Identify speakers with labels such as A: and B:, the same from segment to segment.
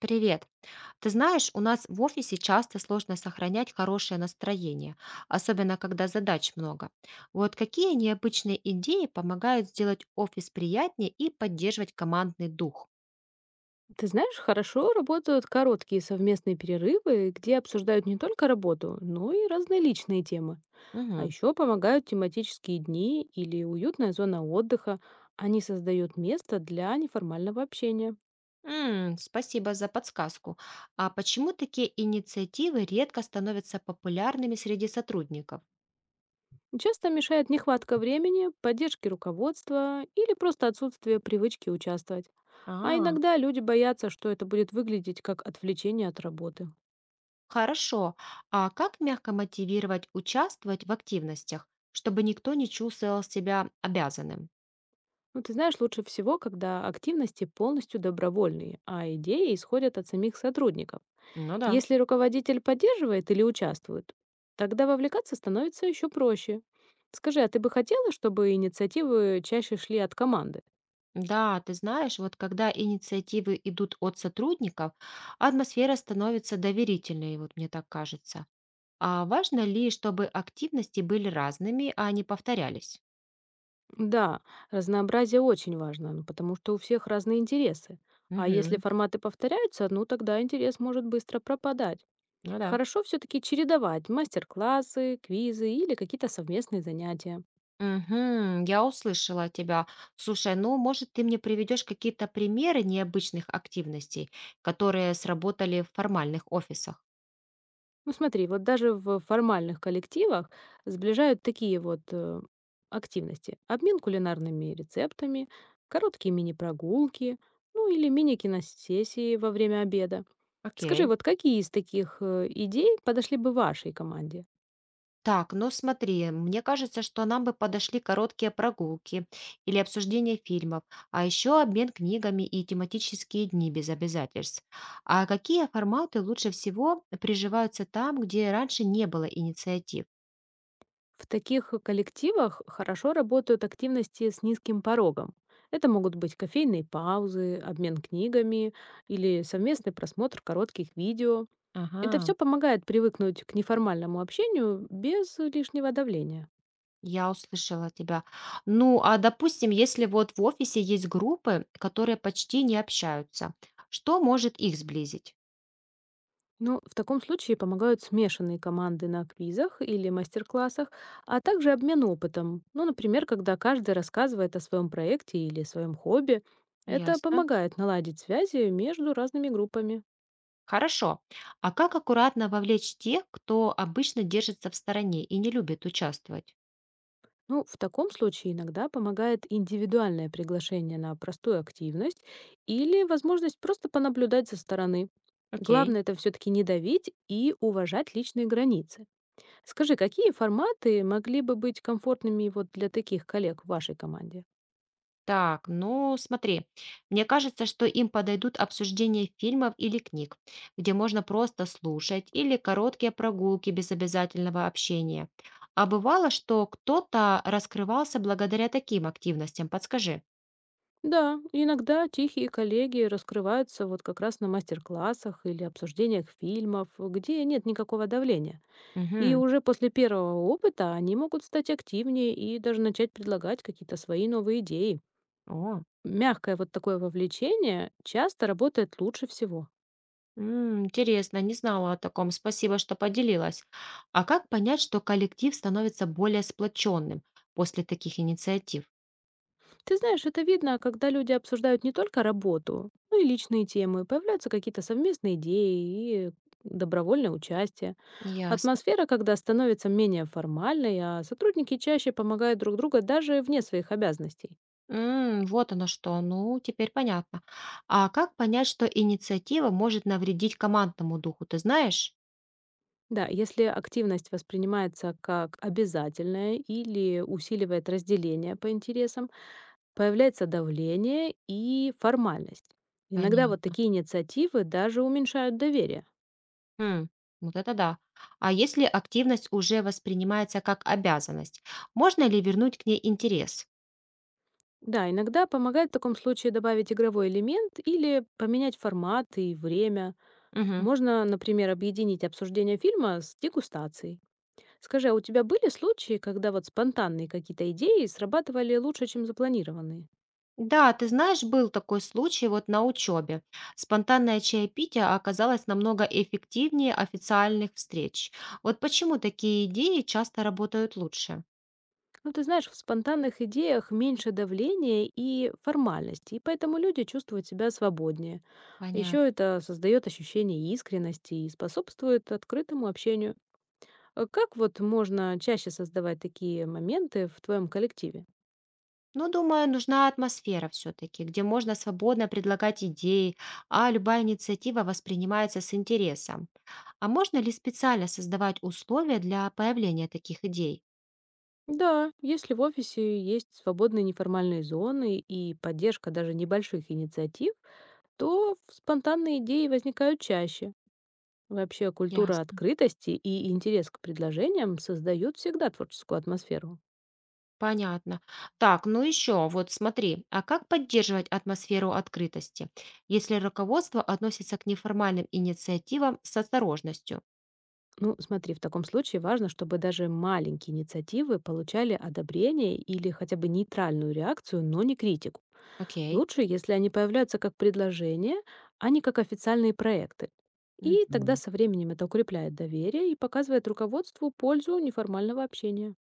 A: Привет. Ты знаешь, у нас в офисе часто сложно сохранять хорошее настроение, особенно когда задач много. Вот какие необычные идеи помогают сделать офис приятнее и поддерживать командный дух?
B: Ты знаешь, хорошо работают короткие совместные перерывы, где обсуждают не только работу, но и разные личные темы. А
A: Мгм.
B: еще помогают тематические дни или уютная зона отдыха. Они создают место для неформального общения.
A: М, спасибо за подсказку. А почему такие инициативы редко становятся популярными среди сотрудников?
B: Часто мешает нехватка времени, поддержки руководства или просто отсутствие привычки участвовать. А
A: А,
B: иногда люди боятся, что это будет выглядеть как отвлечение от работы.
A: хорошо. А как мягко мотивировать участвовать в активностях, чтобы никто не чувствовал себя обязанным?
B: Ну, ты знаешь, лучше всего, когда активности полностью добровольные, а идеи исходят от самих сотрудников.
A: Ну да.
B: Если руководитель поддерживает или участвует, тогда вовлекаться становится еще проще. Скажи, а ты бы хотела, чтобы инициативы чаще шли от команды?
A: Да, ты знаешь, вот когда инициативы идут от сотрудников, атмосфера становится доверительной, вот мне так кажется. А важно ли, чтобы активности были разными, а не повторялись?
B: Да, разнообразие очень важно, ну, потому что у всех разные интересы. А если
A: Угу,
B: форматы повторяются, ну тогда интерес может быстро пропадать.
A: ну да.
B: Хорошо все-таки чередовать мастер-классы, квизы или какие-то совместные занятия.
A: Угу, я услышала тебя. Слушай, ну, может, ты мне приведешь какие-то примеры необычных активностей, которые сработали в формальных офисах?
B: Ну смотри, вот даже в формальных коллективах сближают такие активности. Обмен кулинарными рецептами, короткие мини-прогулки, ну или мини-киносессии во время обеда. Скажи,
A: Окей.
B: вот какие из таких идей подошли бы вашей команде?
A: Так, ну смотри, мне кажется, что нам бы подошли короткие прогулки или обсуждение фильмов, а еще обмен книгами и тематические дни без обязательств. А какие форматы лучше всего приживаются там, где раньше не было инициатив?
B: В таких коллективах хорошо работают активности с низким порогом. Это могут быть кофейные паузы, обмен книгами или совместный просмотр коротких видео. Это
A: Ага,
B: все помогает привыкнуть к неформальному общению без лишнего давления.
A: я услышала тебя. Ну, а допустим, если вот в офисе есть группы, которые почти не общаются, что может их сблизить?
B: Ну, в таком случае помогают смешанные команды на квизах или мастер-классах, а также обмен опытом. Ну, например, когда каждый рассказывает о своем проекте или своем хобби, это
A: Ясно.
B: помогает наладить связи между разными группами.
A: Хорошо. А как аккуратно вовлечь тех, кто обычно держится в стороне и не любит участвовать?
B: Ну, в таком случае иногда помогает индивидуальное приглашение на простую активность или возможность просто понаблюдать со стороны.
A: Окей.
B: Главное это все-таки не давить и уважать личные границы. Скажи, какие форматы могли бы быть комфортными вот для таких коллег в вашей команде?
A: Так, ну смотри, мне кажется, что им подойдут обсуждения фильмов или книг, где можно просто слушать, или короткие прогулки без обязательного общения. А бывало, что кто-то раскрывался благодаря таким активностям, подскажи.
B: Да, иногда тихие коллеги раскрываются вот как раз на мастер-классах или обсуждениях фильмов, где нет никакого давления. И
A: Угу.
B: уже после первого опыта они могут стать активнее и даже начать предлагать какие-то свои новые идеи.
A: О.
B: Мягкое вот такое вовлечение часто работает лучше всего.
A: М, интересно, не знала о таком. Спасибо, что поделилась. А как понять, что коллектив становится более сплоченным после таких инициатив?
B: Ты знаешь, это видно, когда люди обсуждают не только работу, но и личные темы, появляются какие-то совместные идеи и добровольное участие.
A: Ясно.
B: Атмосфера, когда становится менее формальной, а сотрудники чаще помогают друг другу даже вне своих обязанностей.
A: М, вот оно что. Ну, теперь понятно. А как понять, что инициатива может навредить командному духу, ты знаешь?
B: Да, если активность воспринимается как обязательная или усиливает разделение по интересам, появляется давление и формальность. Иногда вот
A: Понятно.
B: такие инициативы даже уменьшают доверие.
A: М, вот это да. А если активность уже воспринимается как обязанность, можно ли вернуть к ней интерес?
B: Да, иногда помогает в таком случае добавить игровой элемент или поменять формат и время.
A: Мгм.
B: Можно, например, объединить обсуждение фильма с дегустацией. Скажи, а у тебя были случаи, когда вот спонтанные какие-то идеи срабатывали лучше, чем запланированные?
A: Да, ты знаешь, был такой случай вот на учебе. Спонтанное чаепитие оказалось намного эффективнее официальных встреч. Вот почему такие идеи часто работают лучше?
B: Ну, ты знаешь, в спонтанных идеях меньше давления и формальности, и поэтому люди чувствуют себя свободнее.
A: Понятно.
B: Еще это создает ощущение искренности и способствует открытому общению. А как вот можно чаще создавать такие моменты в твоем коллективе?
A: Ну, думаю, нужна атмосфера все-таки, где можно свободно предлагать идеи, а любая инициатива воспринимается с интересом. А можно ли специально создавать условия для появления таких идей?
B: Да, если в офисе есть свободные неформальные зоны и поддержка даже небольших инициатив, то спонтанные идеи возникают чаще. Вообще культура
A: Ясно.
B: открытости и интерес к предложениям создают всегда творческую атмосферу.
A: Понятно. Так, ну еще, вот смотри, а как поддерживать атмосферу открытости, если руководство относится к неформальным инициативам с осторожностью?
B: Ну, смотри, в таком случае важно, чтобы даже маленькие инициативы получали одобрение или хотя бы нейтральную реакцию, но не критику.
A: Окей.
B: Лучше, если они появляются как предложения, а не как официальные проекты. И тогда
A: Мгм.
B: со временем это укрепляет доверие и показывает руководству пользу неформального общения.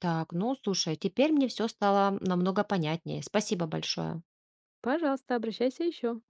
A: Так, ну слушай, теперь мне все стало намного понятнее. Спасибо большое.
B: Пожалуйста, обращайся еще.